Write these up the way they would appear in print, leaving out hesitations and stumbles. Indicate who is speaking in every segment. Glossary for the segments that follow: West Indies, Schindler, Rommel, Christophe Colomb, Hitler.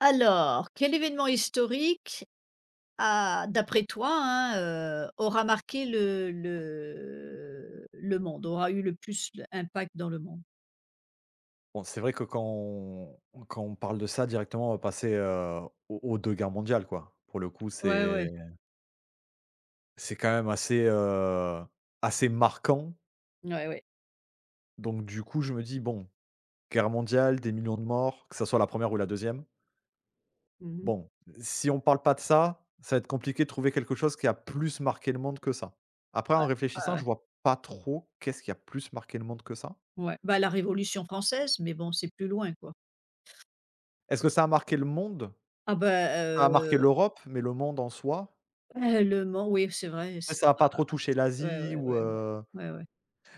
Speaker 1: Alors, quel événement historique a d'après toi, hein, aura marqué le monde, aura eu le plus d'impact dans le monde?
Speaker 2: Bon, c'est vrai que quand on parle de ça directement, on va passer, aux 2 guerres mondiales, quoi. Pour le coup,
Speaker 1: Ouais,
Speaker 2: c'est
Speaker 1: ouais,
Speaker 2: c'est quand même assez, assez marquant.
Speaker 1: ouais, ouais.
Speaker 2: Donc du coup, je me dis: «Bon, guerre mondiale, des millions de morts, que ça soit la première ou la deuxième.
Speaker 1: Mmh.
Speaker 2: Bon, si on parle pas de ça, ça va être compliqué de trouver quelque chose qui a plus marqué le monde que ça». Après, en
Speaker 1: Ouais, ouais,
Speaker 2: réfléchissant,
Speaker 1: ouais.
Speaker 2: je vois pas trop qu'est-ce qui a plus marqué le monde que ça.
Speaker 1: Ouais, bah, la Révolution française, mais bon, c'est plus loin, quoi.
Speaker 2: Est-ce que ça a marqué le monde?
Speaker 1: Ah bah,
Speaker 2: Ça a marqué
Speaker 1: heu,
Speaker 2: l'Europe, mais le monde en soi
Speaker 1: le monde. Oui, c'est vrai, c'est
Speaker 2: ça a pas
Speaker 1: pas,
Speaker 2: trop touché
Speaker 1: c'est ouais, ouais,
Speaker 2: l'Asie
Speaker 1: ouais,
Speaker 2: ou,
Speaker 1: ouais, ouais, ouais, ouais.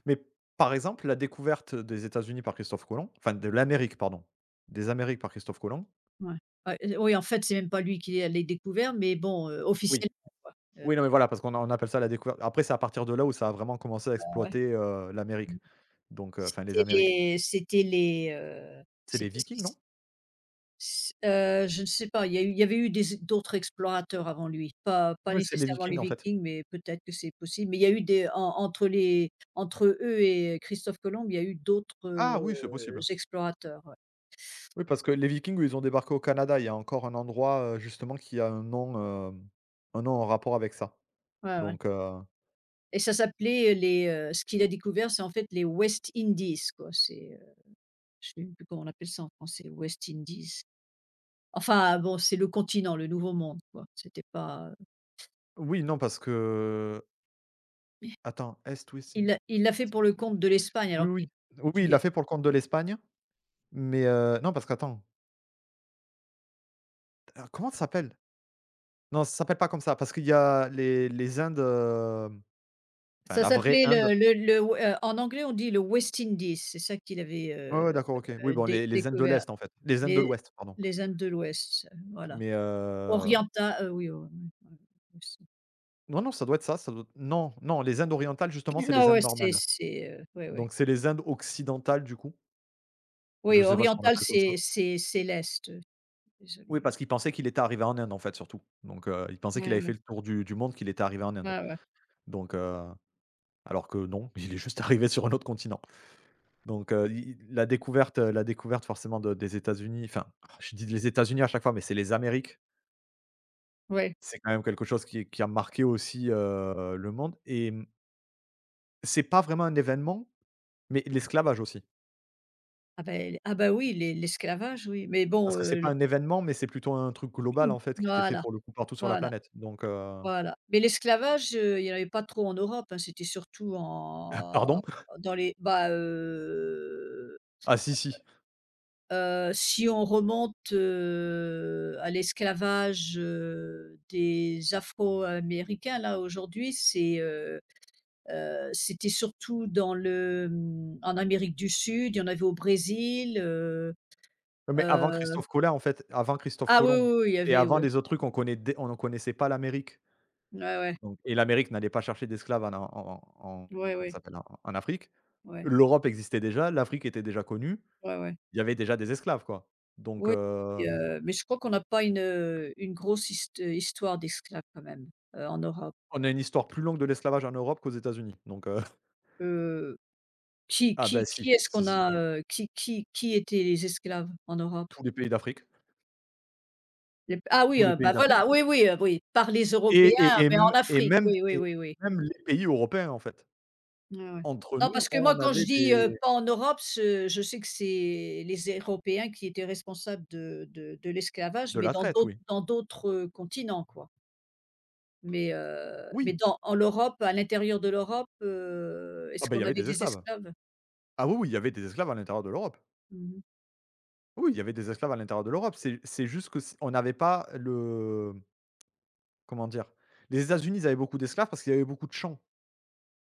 Speaker 2: mais par exemple, la découverte des États-Unis par Christophe Colomb, enfin de l'Amérique, pardon, des Amériques par Christophe Colomb.
Speaker 1: Ouais, oui, en fait, c'est même pas lui qui les découvert, mais bon,
Speaker 2: Oui,
Speaker 1: officiellement, quoi.
Speaker 2: oui, non, mais voilà, parce qu'on appelle ça la découverte. Après, c'est à partir de là où ça a vraiment commencé à
Speaker 1: Ouais.
Speaker 2: exploiter, l'Amérique, donc enfin les
Speaker 1: C'était
Speaker 2: Amériques.
Speaker 1: les c'était les, heu,
Speaker 2: C'est les
Speaker 1: c'était ce qui
Speaker 2: Vikings, non?
Speaker 1: s s Je ne sais pas, il y avait eu des d'autres explorateurs avant lui, pas
Speaker 2: Oui, c'est les
Speaker 1: nécessairement les
Speaker 2: Vikings, en fait.
Speaker 1: Vikings, mais peut-être que c'est possible. Mais il y a eu des en entre les entre eux et Christophe Colomb, il y a eu d'autres,
Speaker 2: Ah oui, c'est possible.
Speaker 1: explorateurs, ouais.
Speaker 2: Oui, parce que les Vikings, ils ont débarqué au Canada. Il y a encore un endroit, justement qui a un nom, un nom en rapport avec ça,
Speaker 1: Ouais, ouais.
Speaker 2: donc
Speaker 1: Et ce qu'il a découvert, c'est en fait les West Indies, quoi. C'est, je ne sais même plus comment on appelle ça en français, West Indies. Enfin bon, c'est le continent, le Nouveau Monde, quoi. C'était pas.
Speaker 2: oui, non, parce que attends, Est-Ouest.
Speaker 1: Il l'a fait pour le compte de l'Espagne
Speaker 2: Oui,
Speaker 1: alors qu'il
Speaker 2: oui.
Speaker 1: est
Speaker 2: Oui, oui, il l'a
Speaker 1: portugais.
Speaker 2: fait pour le compte de l'Espagne, mais non parce qu'attends, comment ça s'appelle? Non, ça s'appelle pas comme ça, parce qu'il y a les Indes, enfin
Speaker 1: Ça
Speaker 2: la vraie
Speaker 1: s'appelait
Speaker 2: Inde.
Speaker 1: le w en anglais, on dit le West Indies, c'est ça qu'il avait,
Speaker 2: Ouais, ouais, d'accord, OK. Oui, bon,
Speaker 1: dé
Speaker 2: les Indes de
Speaker 1: découvert.
Speaker 2: l'Est, en fait. Les Indes de
Speaker 1: Les
Speaker 2: l'Ouest, pardon.
Speaker 1: les Indes de l'Ouest, voilà.
Speaker 2: Mais
Speaker 1: Oriental, oui, ouais, ouais, aussi.
Speaker 2: non, non, ça doit être ça, ça doit non, non, les Indes orientales, justement, c'est les
Speaker 1: Non,
Speaker 2: Indes
Speaker 1: ouais,
Speaker 2: normales.
Speaker 1: ouais, ouais.
Speaker 2: Donc c'est les Indes occidentales, du coup. Je
Speaker 1: Oui,
Speaker 2: sais pas si on
Speaker 1: oriental,
Speaker 2: l'appelle comme ça.
Speaker 1: c'est l'Est,
Speaker 2: Oui,
Speaker 1: désolée.
Speaker 2: parce qu'il pensait qu'il était arrivé en Inde, en fait, surtout. Donc il pensait qu'il
Speaker 1: Ouais,
Speaker 2: avait
Speaker 1: ouais.
Speaker 2: fait le tour du monde, qu'il était arrivé en Inde.
Speaker 1: Ouais, ouais.
Speaker 2: Donc alors que non, il est juste arrivé sur un autre continent. Donc, i la découverte forcément de des États-Unis, enfin, je dis les États-Unis à chaque fois, mais c'est les Amériques.
Speaker 1: Ouais.
Speaker 2: C'est quand même quelque chose qui a marqué aussi, le monde et c'est pas vraiment un événement, mais l'esclavage aussi.
Speaker 1: Ah beh ah bah oui, l'esclavage, oui, mais
Speaker 2: Parce
Speaker 1: bon,
Speaker 2: que c'est pas
Speaker 1: l
Speaker 2: un événement, mais c'est plutôt un truc global en fait qui était fait
Speaker 1: voilà,
Speaker 2: pour le coup partout sur la
Speaker 1: voilà.
Speaker 2: planète. Donc,
Speaker 1: Voilà. Mais l'esclavage, il n'y en avait pas trop en Europe, hein, c'était surtout en
Speaker 2: pardon?
Speaker 1: dans les bah,
Speaker 2: Ah si, si.
Speaker 1: si on remonte, à l'esclavage, des Afro-Américains, là, aujourd'hui, c'est, c'était surtout dans le, en Amérique du Sud, il y en avait au Brésil,
Speaker 2: Mais avant
Speaker 1: heu
Speaker 2: Christophe Colomb en fait, avant Christophe
Speaker 1: ah oui,
Speaker 2: Colomb
Speaker 1: oui, oui, il y
Speaker 2: et
Speaker 1: avait,
Speaker 2: avant
Speaker 1: ouais.
Speaker 2: les autres trucs, on connaît dé on ne connaissait pas l'Amérique.
Speaker 1: Ouais, ouais.
Speaker 2: Donc et l'Amérique n'allait pas chercher d'esclaves en a en en
Speaker 1: Ouais,
Speaker 2: comment ça
Speaker 1: ouais.
Speaker 2: s'appelle? En Afrique.
Speaker 1: Ouais.
Speaker 2: L'Europe existait déjà, l'Afrique était déjà connue,
Speaker 1: Ouais, ouais.
Speaker 2: il y avait déjà des esclaves, quoi. Donc
Speaker 1: Oui, et mais je crois qu'on n'a pas une grosse histoire d'esclaves quand même, en Europe.
Speaker 2: on a une histoire plus longue de l'esclavage en Europe qu'aux États-Unis. Donc
Speaker 1: Heu, qui
Speaker 2: ah ben
Speaker 1: qui qui
Speaker 2: si,
Speaker 1: est-ce
Speaker 2: si,
Speaker 1: qu'on
Speaker 2: si,
Speaker 1: a, qui étaient les esclaves en Europe?
Speaker 2: tous les pays d'Afrique,
Speaker 1: Les Ah oui,
Speaker 2: tous les pays
Speaker 1: bah,
Speaker 2: d'Afrique
Speaker 1: voilà, oui, oui, oui, par les Européens,
Speaker 2: et
Speaker 1: mais en
Speaker 2: m
Speaker 1: Afrique, oui, oui,
Speaker 2: et
Speaker 1: oui, oui.
Speaker 2: même les pays européens, en fait.
Speaker 1: Ouais, ouais.
Speaker 2: Entre
Speaker 1: Non,
Speaker 2: nous,
Speaker 1: parce que moi
Speaker 2: on
Speaker 1: quand je
Speaker 2: avait
Speaker 1: dis,
Speaker 2: des
Speaker 1: pas en Europe, ce je sais que c'est les Européens qui étaient responsables de l'esclavage,
Speaker 2: de
Speaker 1: mais
Speaker 2: la
Speaker 1: dans
Speaker 2: traite,
Speaker 1: d'autres
Speaker 2: oui.
Speaker 1: dans d'autres, continents, quoi. Mais
Speaker 2: Oui,
Speaker 1: dans en l'Europe, à l'intérieur de l'Europe,
Speaker 2: ah
Speaker 1: est-ce
Speaker 2: ben il y
Speaker 1: qu'on
Speaker 2: avait
Speaker 1: avait
Speaker 2: des
Speaker 1: des
Speaker 2: esclaves.
Speaker 1: esclaves?
Speaker 2: Ah oui, oui, il y avait des esclaves à l'intérieur de l'Europe.
Speaker 1: Mmh.
Speaker 2: Oui, il y avait des esclaves à l'intérieur de l'Europe. C'est juste que c on n'avait pas le. Comment dire? Les États-Unis, ils avaient beaucoup d'esclaves parce qu'il y avait beaucoup de champs.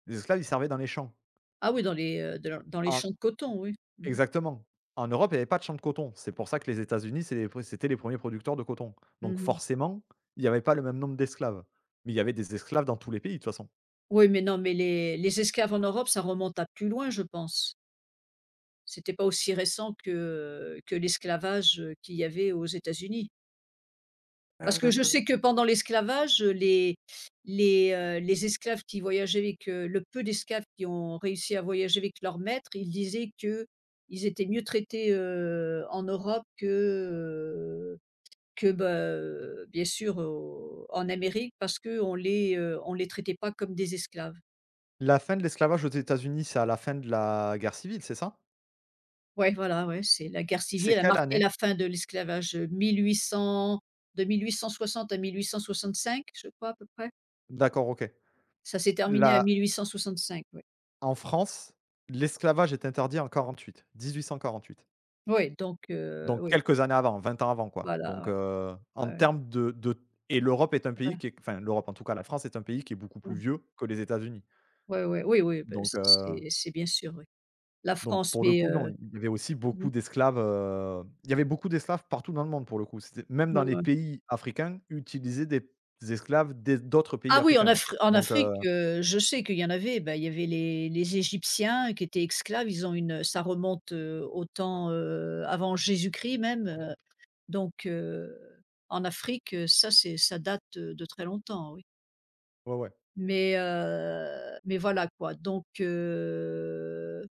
Speaker 2: Les esclaves, ils servaient dans les champs.
Speaker 1: Ah oui, dans les, dans les
Speaker 2: En
Speaker 1: champs de coton, oui. Mmh mh.
Speaker 2: Exactement. En Europe, il n'y avait pas de champs de coton. C'est pour ça que les États-Unis, c'était les premiers producteurs de coton. Donc
Speaker 1: Mmh.
Speaker 2: forcément, il n'y avait pas le même nombre d'esclaves. Mais il y avait des esclaves dans tous les pays, de toute façon.
Speaker 1: Oui, mais non, mais les esclaves en Europe, ça remonte à plus loin, je pense. C'était pas aussi récent que l'esclavage, qu'il y avait aux États-Unis. Parce que je sais que pendant l'esclavage, les esclaves qui voyageaient avec, le peu d'esclaves qui ont réussi à voyager avec leur maître, ils disaient que ils étaient mieux traités, en Europe heu, que, bien sûr au en Amérique parce qu'on les, on les traitait pas comme des esclaves.
Speaker 2: La fin de l'esclavage aux États-Unis, c'est à la fin de la guerre civile, c'est ça?
Speaker 1: Ouais, voilà, ouais, c'est la guerre
Speaker 2: C'est
Speaker 1: civile a
Speaker 2: quelle
Speaker 1: marqué
Speaker 2: année?
Speaker 1: la fin de l'esclavage, heu, 1800 de 1860 à 1865, je crois à peu près.
Speaker 2: D'accord, OK.
Speaker 1: Ça s'est terminé à
Speaker 2: Là,
Speaker 1: 1865, ouais.
Speaker 2: en France, l'esclavage est interdit en 48, 1848.
Speaker 1: Oui, donc
Speaker 2: Donc
Speaker 1: oui,
Speaker 2: quelques années avant, 20 ans avant, quoi.
Speaker 1: voilà,
Speaker 2: Donc,
Speaker 1: ouais, ouais,
Speaker 2: en
Speaker 1: ouais,
Speaker 2: termes de et l'Europe est un pays
Speaker 1: ouais,
Speaker 2: qui est enfin l'Europe, en tout cas la France est un pays qui est beaucoup plus vieux que les États-Unis.
Speaker 1: ouais, ouais, oui, oui, ben
Speaker 2: Donc,
Speaker 1: ça
Speaker 2: heu
Speaker 1: c'est bien sûr, oui. La
Speaker 2: Donc
Speaker 1: France,
Speaker 2: pour le
Speaker 1: mais
Speaker 2: coup, non, il y avait aussi
Speaker 1: mmh,
Speaker 2: beaucoup d'esclaves, il y avait beaucoup d'esclaves partout dans le monde pour le coup. C'était même dans
Speaker 1: ouais,
Speaker 2: les
Speaker 1: ouais.
Speaker 2: pays africains, utilisaient des esclaves des d'autres pays
Speaker 1: Ah oui,
Speaker 2: africains, en fait.
Speaker 1: En
Speaker 2: Donc
Speaker 1: Afrique, je sais qu'il y en avait, ben il y avait les Égyptiens qui étaient esclaves, ils ont une ça remonte, au temps, avant Jésus-Christ même, donc heu, en Afrique, ça date, de très longtemps, oui.
Speaker 2: ouais, ouais.
Speaker 1: Voilà quoi, donc heu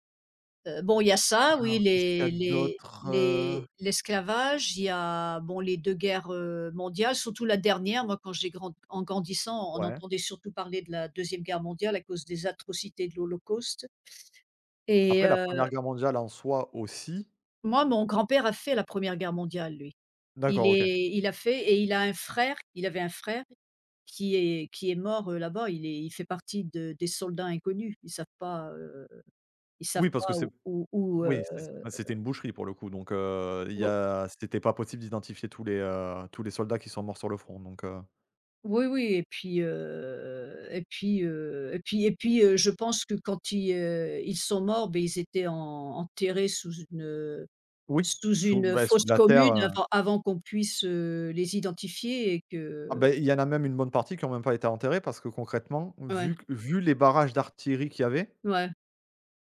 Speaker 1: Heu, bon, il y a ça, oui,
Speaker 2: Alors qu'est-ce qu'il y a d'autre?
Speaker 1: les l'esclavage, il y a, bon, les 2 guerres, mondiales, surtout la dernière. Moi, quand j'ai grand en grandissant, on
Speaker 2: Ouais.
Speaker 1: entendait surtout parler de la deuxième guerre mondiale à cause des atrocités de l'Holocauste et
Speaker 2: Après la première guerre mondiale en soi aussi,
Speaker 1: moi, mon grand-père a fait la première guerre mondiale, lui. Il
Speaker 2: d'accord, OK.
Speaker 1: est il a fait, et il avait un frère qui est mort, là-bas. Il fait partie de des soldats inconnus. Ils savent pas, ils savent
Speaker 2: Oui, parce que
Speaker 1: pas
Speaker 2: c'est
Speaker 1: où où où, heu,
Speaker 2: oui, c'est bah, c'était une boucherie pour le coup, donc il y
Speaker 1: où.
Speaker 2: a c'était pas possible d'identifier tous les, soldats qui sont morts sur le front, donc
Speaker 1: Oui, oui, et puis, je pense que quand ils sont morts, ben ils étaient en enterrés
Speaker 2: oui,
Speaker 1: sous
Speaker 2: sous,
Speaker 1: une
Speaker 2: beh, sous de
Speaker 1: fosse
Speaker 2: la
Speaker 1: commune
Speaker 2: terre.
Speaker 1: avant qu'on puisse, les identifier et
Speaker 2: Ah
Speaker 1: que
Speaker 2: beh, il y en a même une bonne partie qui ont même pas été enterrés parce que concrètement, vu
Speaker 1: ouais,
Speaker 2: q vu les barrages d'artillerie qu'il y avait,
Speaker 1: ouais,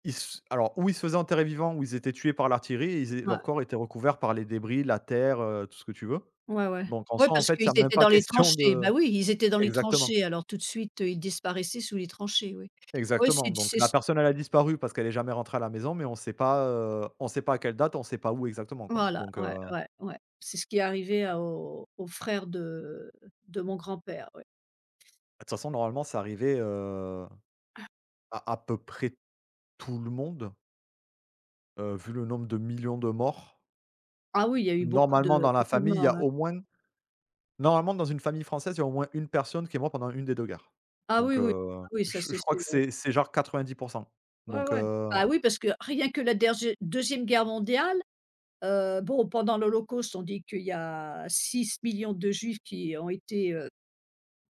Speaker 2: ils s alors ou ils se faisaient enterrer vivants ou ils étaient tués par l'artillerie et ils é
Speaker 1: ouais,
Speaker 2: leurs corps étaient recouverts par les débris, la terre, tout ce que tu veux.
Speaker 1: ouais, ouais.
Speaker 2: Donc en
Speaker 1: Ouais,
Speaker 2: soi, en
Speaker 1: parce
Speaker 2: fait, il y
Speaker 1: qu'ils
Speaker 2: a même
Speaker 1: étaient
Speaker 2: pas
Speaker 1: dans les
Speaker 2: question
Speaker 1: tranchées.
Speaker 2: de.
Speaker 1: Bah, oui, ils étaient dans les
Speaker 2: Exactement,
Speaker 1: tranchées, alors tout de suite, ils disparaissaient sous les tranchées, oui. Oui,
Speaker 2: exactement. Donc
Speaker 1: c'est
Speaker 2: la
Speaker 1: ce
Speaker 2: personne, elle a disparu parce qu'elle n'est jamais rentrée à la maison, mais on sait pas à quelle date, on sait pas où exactement, quoi.
Speaker 1: voilà,
Speaker 2: Donc
Speaker 1: ouais,
Speaker 2: de
Speaker 1: ouais, ouais. C'est ce qui est arrivé à aux aux frères de mon grand-père, oui.
Speaker 2: toute façon, normalement, c'est arrivé, à peu près tout le monde, vu le nombre de millions de morts.
Speaker 1: Ah oui, il y a eu beaucoup
Speaker 2: Normalement,
Speaker 1: de
Speaker 2: dans la
Speaker 1: beaucoup de
Speaker 2: famille, il y
Speaker 1: morts,
Speaker 2: a
Speaker 1: hein.
Speaker 2: au moins normalement, dans une famille française, il y a au moins une personne qui est morte pendant une des 2 guerres.
Speaker 1: Ah
Speaker 2: Donc
Speaker 1: oui, oui. Ah oui, ça
Speaker 2: je
Speaker 1: c'est
Speaker 2: je crois
Speaker 1: sûr,
Speaker 2: que
Speaker 1: oui.
Speaker 2: c'est genre 90.
Speaker 1: Ouais,
Speaker 2: Donc
Speaker 1: ouais.
Speaker 2: heu
Speaker 1: Bah oui, parce que rien que la dergé 2e guerre mondiale, bon, pendant l'Holocauste, on dit qu'il y a six millions de Juifs qui ont été,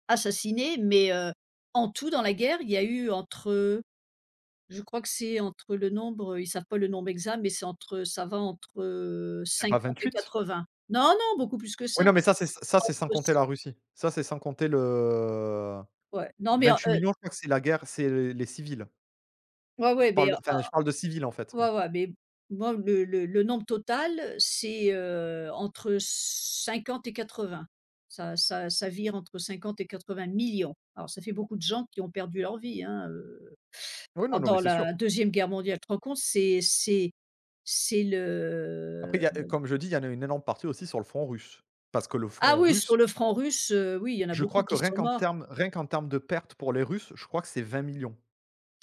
Speaker 1: assassinés, mais en tout dans la guerre, il y a eu entre, je crois que c'est entre, le nombre, ils savent pas le nombre exact, mais c'est entre, ça va entre,
Speaker 2: C'est pas
Speaker 1: 50 et
Speaker 2: 28?
Speaker 1: vingts. Non, non, beaucoup plus que
Speaker 2: Oui,
Speaker 1: ça.
Speaker 2: non, mais ça, c'est sans
Speaker 1: Entre
Speaker 2: compter la Russie. Ça, c'est sans compter le
Speaker 1: ouais, non mais,
Speaker 2: 28 000 000, je crois que c'est la guerre, c'est les civils.
Speaker 1: ouais,
Speaker 2: Je
Speaker 1: ouais, mais,
Speaker 2: parle de enfin, je parle de civils, en fait, moi.
Speaker 1: ouais, ouais, mais moi, le nombre total, c'est, entre 50 et 80. Ça vire entre 50 et 80 millions. Alors ça fait beaucoup de gens qui ont perdu leur vie, hein,
Speaker 2: Oui, non, non, mais
Speaker 1: pendant
Speaker 2: c'est sûr.
Speaker 1: la deuxième guerre mondiale. Tu te rends compte? C'est
Speaker 2: Après, il
Speaker 1: le
Speaker 2: y a comme je dis, il y en a une énorme partie aussi sur le front russe. Parce que le
Speaker 1: Ah
Speaker 2: front
Speaker 1: oui,
Speaker 2: russe,
Speaker 1: sur le franc russe, oui, il y en a
Speaker 2: je crois
Speaker 1: beaucoup
Speaker 2: que
Speaker 1: qui
Speaker 2: rien
Speaker 1: sont
Speaker 2: qu'en
Speaker 1: morts.
Speaker 2: termes rien qu'en termes de pertes pour les Russes, je crois que c'est 20 millions.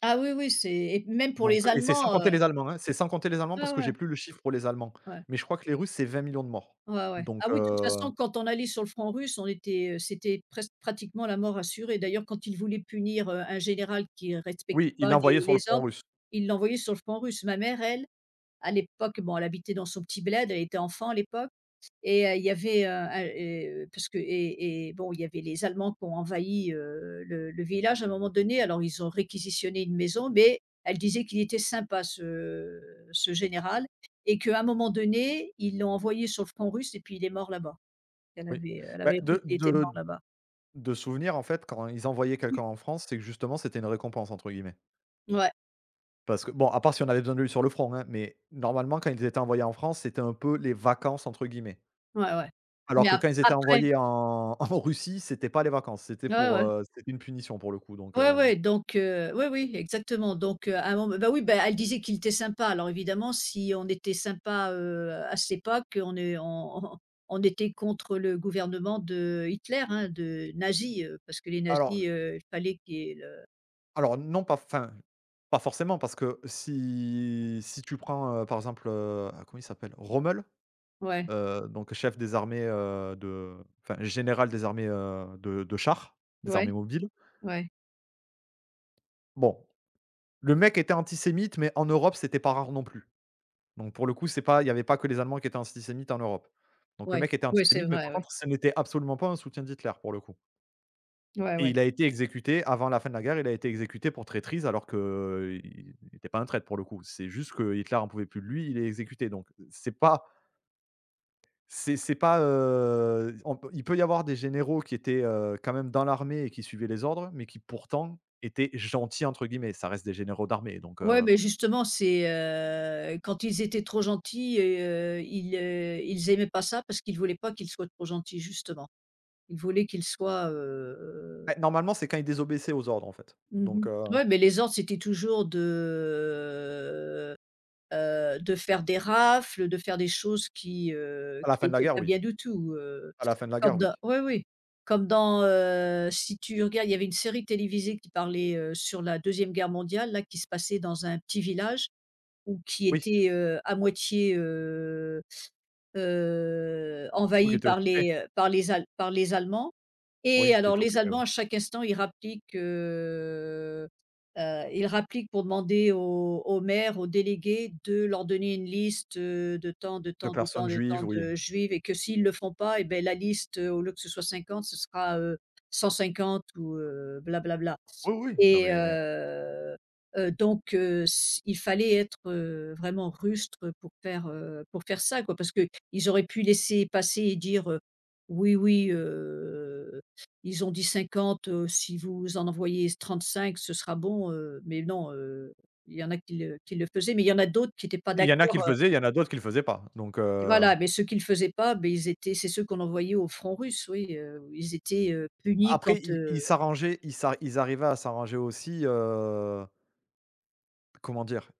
Speaker 1: Ah oui, oui, c'est et même pour
Speaker 2: Donc
Speaker 1: les
Speaker 2: et c'est sans
Speaker 1: Allemands,
Speaker 2: compter les Allemands, hein. C'est sans compter les Allemands
Speaker 1: ouais,
Speaker 2: parce que
Speaker 1: ouais,
Speaker 2: j'ai plus le chiffre pour les Allemands.
Speaker 1: ouais.
Speaker 2: Mais je crois que les Russes, c'est 20 millions de morts.
Speaker 1: Ouais, ouais.
Speaker 2: Donc
Speaker 1: Ah oui, de toute façon, quand on allait sur le front russe, c'était presque pratiquement la mort assurée. D'ailleurs, quand ils voulaient punir, un général qui respectait
Speaker 2: oui, ils
Speaker 1: pas les
Speaker 2: l'envoyaient sur le
Speaker 1: les
Speaker 2: front
Speaker 1: ordres,
Speaker 2: russe.
Speaker 1: ils l'envoyaient sur le front russe. Ma mère, elle, à l'époque, bon, elle habitait dans son petit bled, elle était enfant à l'époque et il y avait, un et parce que et bon, il y avait les Allemands qui ont envahi, le village à un moment donné. Alors ils ont réquisitionné une maison, mais elle disait qu'il était sympa ce général et qu'à un moment donné, ils l'ont envoyé sur le front russe et puis il est mort là-bas. Elle
Speaker 2: Oui.
Speaker 1: avait elle
Speaker 2: Bah,
Speaker 1: avait appris
Speaker 2: de
Speaker 1: qu'il était mort
Speaker 2: de
Speaker 1: là-bas.
Speaker 2: de souvenir, en fait, quand ils envoyaient quelqu'un en France, c'est que justement, c'était «une récompense» entre guillemets.
Speaker 1: Ouais,
Speaker 2: Parce que bon, à part si on avait besoin de lui sur le front, hein, mais normalement, quand ils étaient envoyés en France, c'était un peu «les vacances» entre guillemets.
Speaker 1: ouais, ouais.
Speaker 2: Alors
Speaker 1: Mais
Speaker 2: que
Speaker 1: ap
Speaker 2: quand ils étaient
Speaker 1: après,
Speaker 2: envoyés en en Russie, c'était pas les vacances, c'était
Speaker 1: ouais,
Speaker 2: pour,
Speaker 1: ouais.
Speaker 2: c'était une punition pour le coup donc.
Speaker 1: Ouais, ouais, donc oui, oui, exactement, donc à un mom bah, oui, bah, elle disait qu'il était sympa, alors évidemment si on était sympa, à cette époque, on est on on était contre le gouvernement de Hitler, hein, de nazis, parce que les
Speaker 2: Alors
Speaker 1: nazis, il fallait qu'il y ait le
Speaker 2: Alors non, pas forcément parce que si tu prends, par exemple, ah comment il s'appelle? Rommel,
Speaker 1: ouais,
Speaker 2: donc chef des armées, de enfin général des armées, de chars, des armées
Speaker 1: ouais,
Speaker 2: mobiles.
Speaker 1: ouais,
Speaker 2: Bon, le mec était antisémite, mais en Europe, c'était pas rare non plus. Donc pour le coup, c'est pas il y avait pas que les Allemands qui étaient antisémites en Europe. Donc le
Speaker 1: ouais,
Speaker 2: mec était
Speaker 1: ouais, c'est
Speaker 2: antisémite, mais
Speaker 1: vrai,
Speaker 2: par
Speaker 1: ouais,
Speaker 2: contre, ce n'était absolument pas un soutien d'Hitler pour le coup.
Speaker 1: ouais,
Speaker 2: Et
Speaker 1: ouais.
Speaker 2: il a été exécuté avant la fin de la guerre, il a été exécuté pour traîtrise alors qu'il n'était pas un traître pour le coup. C'est juste que Hitler en pouvait plus de lui, il est exécuté donc c'est pas. C'est pas, on peut il peut y avoir des généraux qui étaient, quand même dans l'armée et qui suivaient les ordres, mais qui pourtant étaient «gentils» entre guillemets. Ça reste des généraux d'armée donc
Speaker 1: Ouais, mais justement c'est, quand ils étaient trop gentils et ils aimaient pas ça parce qu'ils voulaient pas qu'ils soient trop gentils justement. Ils voulaient qu'ils soient,
Speaker 2: bah, normalement, c'est quand ils désobéissaient aux ordres en fait donc
Speaker 1: Mmh. Ouais, mais les ordres, c'était toujours de faire des rafles, de faire des choses
Speaker 2: à la
Speaker 1: qui
Speaker 2: fin de la
Speaker 1: étaient
Speaker 2: guerre,
Speaker 1: pas
Speaker 2: oui.
Speaker 1: bien du tout,
Speaker 2: À la fin de la
Speaker 1: comme
Speaker 2: guerre,
Speaker 1: dans
Speaker 2: oui.
Speaker 1: ouais, oui, comme dans, si tu regardes, il y avait une série télévisée qui parlait, sur la deuxième guerre mondiale, là, qui se passait dans un petit village ou qui
Speaker 2: Oui,
Speaker 1: était, à moitié,
Speaker 2: oui qui
Speaker 1: envahi
Speaker 2: était occupé.
Speaker 1: par les Allemands et
Speaker 2: Oui, qui
Speaker 1: alors
Speaker 2: était
Speaker 1: les
Speaker 2: occupé. Oui.
Speaker 1: Allemands, à chaque instant, ils rappliquent, pour demander aux maires, aux délégués de leur donner une liste, de tant, de
Speaker 2: De
Speaker 1: tant, de tant,
Speaker 2: personnes
Speaker 1: de
Speaker 2: juives,
Speaker 1: tant
Speaker 2: oui.
Speaker 1: de juifs et que s'ils ne le font pas, et ben la liste, au lieu que ce soit 50, ce sera, 150 ou blablabla.
Speaker 2: Oui, oui, non
Speaker 1: Et
Speaker 2: mais.
Speaker 1: donc s Il fallait être, vraiment rustre pour faire ça quoi. Parce qu'ils auraient pu laisser passer et dire, «Oui, oui, ils ont dit 50, si vous en envoyez 35 ce sera bon», mais non, il y en a qui le faisaient, mais il y en a d'autres qui étaient pas
Speaker 2: Il y en a qui
Speaker 1: d'accord,
Speaker 2: le faisaient, il y en a d'autres qui le faisaient pas, donc
Speaker 1: voilà, mais ceux qui ne le faisaient pas, beh, ils étaient c'est ceux qu'on envoyait au front russe, oui, punis
Speaker 2: après
Speaker 1: quand.
Speaker 2: ils s'arrangeaient, ils arrivaient à s'arranger aussi, comment dire?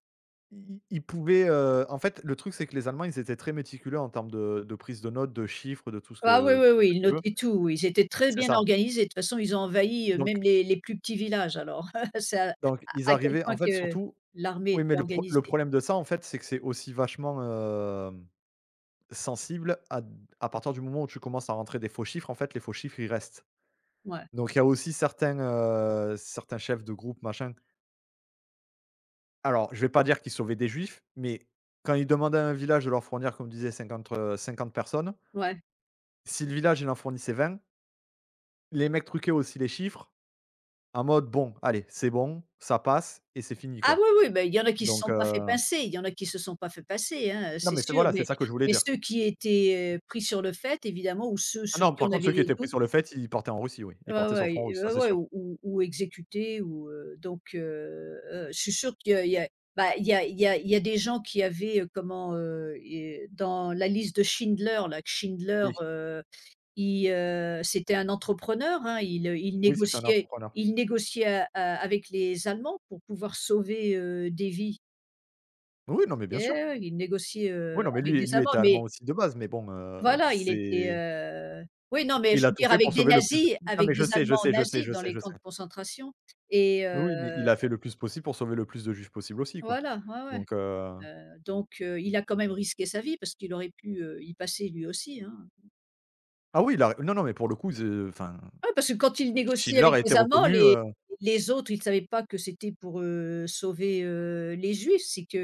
Speaker 2: Ils pouvaient, en fait, le truc, c'est que les Allemands, ils étaient très méticuleux en termes de prise de notes, de chiffres, de
Speaker 1: Ah oui, oui,
Speaker 2: tout ce
Speaker 1: oui,
Speaker 2: que
Speaker 1: ils
Speaker 2: tu veux.
Speaker 1: notaient tout, oui. Ils étaient très
Speaker 2: C'est
Speaker 1: bien
Speaker 2: ça,
Speaker 1: organisés. De toute façon, ils ont envahi,
Speaker 2: donc
Speaker 1: même les plus petits villages alors. C'est
Speaker 2: ils
Speaker 1: à quel
Speaker 2: arrivaient en
Speaker 1: point
Speaker 2: fait,
Speaker 1: que
Speaker 2: surtout
Speaker 1: l'armée
Speaker 2: oui, mais
Speaker 1: était
Speaker 2: le
Speaker 1: organisée.
Speaker 2: problème de ça, en fait, c'est que c'est aussi vachement, sensible à partir du moment où tu commences à rentrer des faux chiffres, en fait, les faux chiffres, ils restent,
Speaker 1: Ouais,
Speaker 2: donc il y a aussi certains chefs de groupe, machin. Alors, je vais pas dire qu'ils sauvaient des juifs, mais quand ils demandaient à un village de leur fournir, comme disait, 50 50 personnes,
Speaker 1: ouais.
Speaker 2: si le village, il en fournissait 20, les mecs truquaient aussi les chiffres en mode: «Bon, allez, c'est bon, ça passe et c'est fini,
Speaker 1: Ah
Speaker 2: quoi».
Speaker 1: oui, oui, ben il y en a qui se
Speaker 2: Donc,
Speaker 1: sont pas fait pincer, il y en a qui se sont pas fait passer, hein,
Speaker 2: non,
Speaker 1: c'est
Speaker 2: mais c'est
Speaker 1: sûr,
Speaker 2: voilà, c'est
Speaker 1: mais
Speaker 2: ça que je voulais dire.
Speaker 1: ceux qui étaient, pris sur le fait évidemment ou ceux
Speaker 2: Ah
Speaker 1: sur
Speaker 2: non,
Speaker 1: qui
Speaker 2: par
Speaker 1: on
Speaker 2: contre, ceux
Speaker 1: avait
Speaker 2: qui
Speaker 1: des
Speaker 2: étaient pris
Speaker 1: doutes.
Speaker 2: sur le fait, ils partaient en Russie, oui, ils
Speaker 1: Ouais,
Speaker 2: partaient sur le front
Speaker 1: ouais et
Speaker 2: russe, ça,
Speaker 1: ouais,
Speaker 2: c'est
Speaker 1: ouais,
Speaker 2: sûr.
Speaker 1: ou exécutés ou, je suis sûre qu'il y a il y a bah, il y a des gens qui avaient, et dans la liste de Schindler, là, que Schindler,
Speaker 2: Oui,
Speaker 1: c'était un entrepreneur, hein, il
Speaker 2: oui, c'était un
Speaker 1: négociait
Speaker 2: entrepreneur.
Speaker 1: il négociait a a avec les Allemands pour pouvoir sauver, des vies,
Speaker 2: Oui, non, mais bien
Speaker 1: et
Speaker 2: sûr.
Speaker 1: ouais, ouais, il négociait,
Speaker 2: Oui, non, mais
Speaker 1: avec
Speaker 2: lui
Speaker 1: des
Speaker 2: lui
Speaker 1: Allemands,
Speaker 2: était allemand
Speaker 1: mais
Speaker 2: aussi de base, mais bon,
Speaker 1: voilà, il était,
Speaker 2: c'est
Speaker 1: oui, non, mais
Speaker 2: il
Speaker 1: je
Speaker 2: a
Speaker 1: veux
Speaker 2: tout
Speaker 1: dire
Speaker 2: fait pour
Speaker 1: avec des
Speaker 2: sauver le plus de
Speaker 1: nazis,
Speaker 2: non,
Speaker 1: avec
Speaker 2: mais je
Speaker 1: des
Speaker 2: sais, je
Speaker 1: Allemands
Speaker 2: sais, je sais,
Speaker 1: nazis
Speaker 2: je
Speaker 1: dans
Speaker 2: sais,
Speaker 1: les
Speaker 2: je
Speaker 1: camps
Speaker 2: sais.
Speaker 1: de concentration, et
Speaker 2: Oui, oui, mais il a fait le plus possible pour sauver le plus de juifs possible aussi, quoi.
Speaker 1: voilà, ouais, ouais,
Speaker 2: Donc,
Speaker 1: il a quand même risqué sa vie parce qu'il aurait pu, y passer lui aussi, hein.
Speaker 2: ah oui, il a non, non, mais pour le coup, ze enfin,
Speaker 1: Ouais, parce que quand il négociait
Speaker 2: Schindler
Speaker 1: avec
Speaker 2: a été
Speaker 1: les Allemands,
Speaker 2: reconnu,
Speaker 1: les les autres, ils ne savaient pas que c'était pour, sauver, les Juifs, c'est qu'il,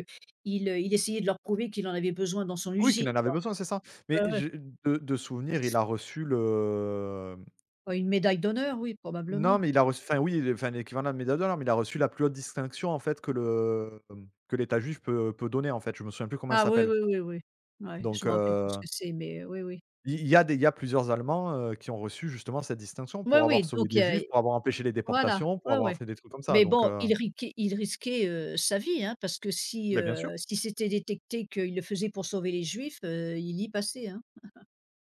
Speaker 1: il essayait de leur prouver qu'il en avait besoin dans son
Speaker 2: oui,
Speaker 1: usine,
Speaker 2: qu'il en avait
Speaker 1: quoi.
Speaker 2: besoin, c'est ça. Mais
Speaker 1: Ouais, ouais.
Speaker 2: je de souvenir, il a reçu le
Speaker 1: Bah, une médaille d'honneur, oui,
Speaker 2: non,
Speaker 1: probablement.
Speaker 2: mais il a reçu enfin, oui, l'équivalent de la médaille d'honneur, mais il a reçu la plus haute distinction, en fait, que le, que l'État juif peut peut donner, en fait. Je me souviens plus comment elle
Speaker 1: Ah oui,
Speaker 2: s'appelle.
Speaker 1: oui, oui, oui. Ouais,
Speaker 2: Donc,
Speaker 1: je me rappelle plus ce que c'est, mais oui, oui.
Speaker 2: il y a plusieurs Allemands, qui ont reçu justement cette distinction
Speaker 1: Oui,
Speaker 2: pour avoir
Speaker 1: oui,
Speaker 2: sauvé
Speaker 1: donc
Speaker 2: des juifs,
Speaker 1: il
Speaker 2: pour avoir empêché les
Speaker 1: voilà,
Speaker 2: déportations, pour
Speaker 1: ouais,
Speaker 2: avoir
Speaker 1: ouais.
Speaker 2: fait des trucs comme ça,
Speaker 1: Mais
Speaker 2: donc,
Speaker 1: bon, il risquait, sa vie, hein, parce que
Speaker 2: beh, bien sûr.
Speaker 1: si c'était détecté qu'il le faisait pour sauver les juifs, il y passait, hein.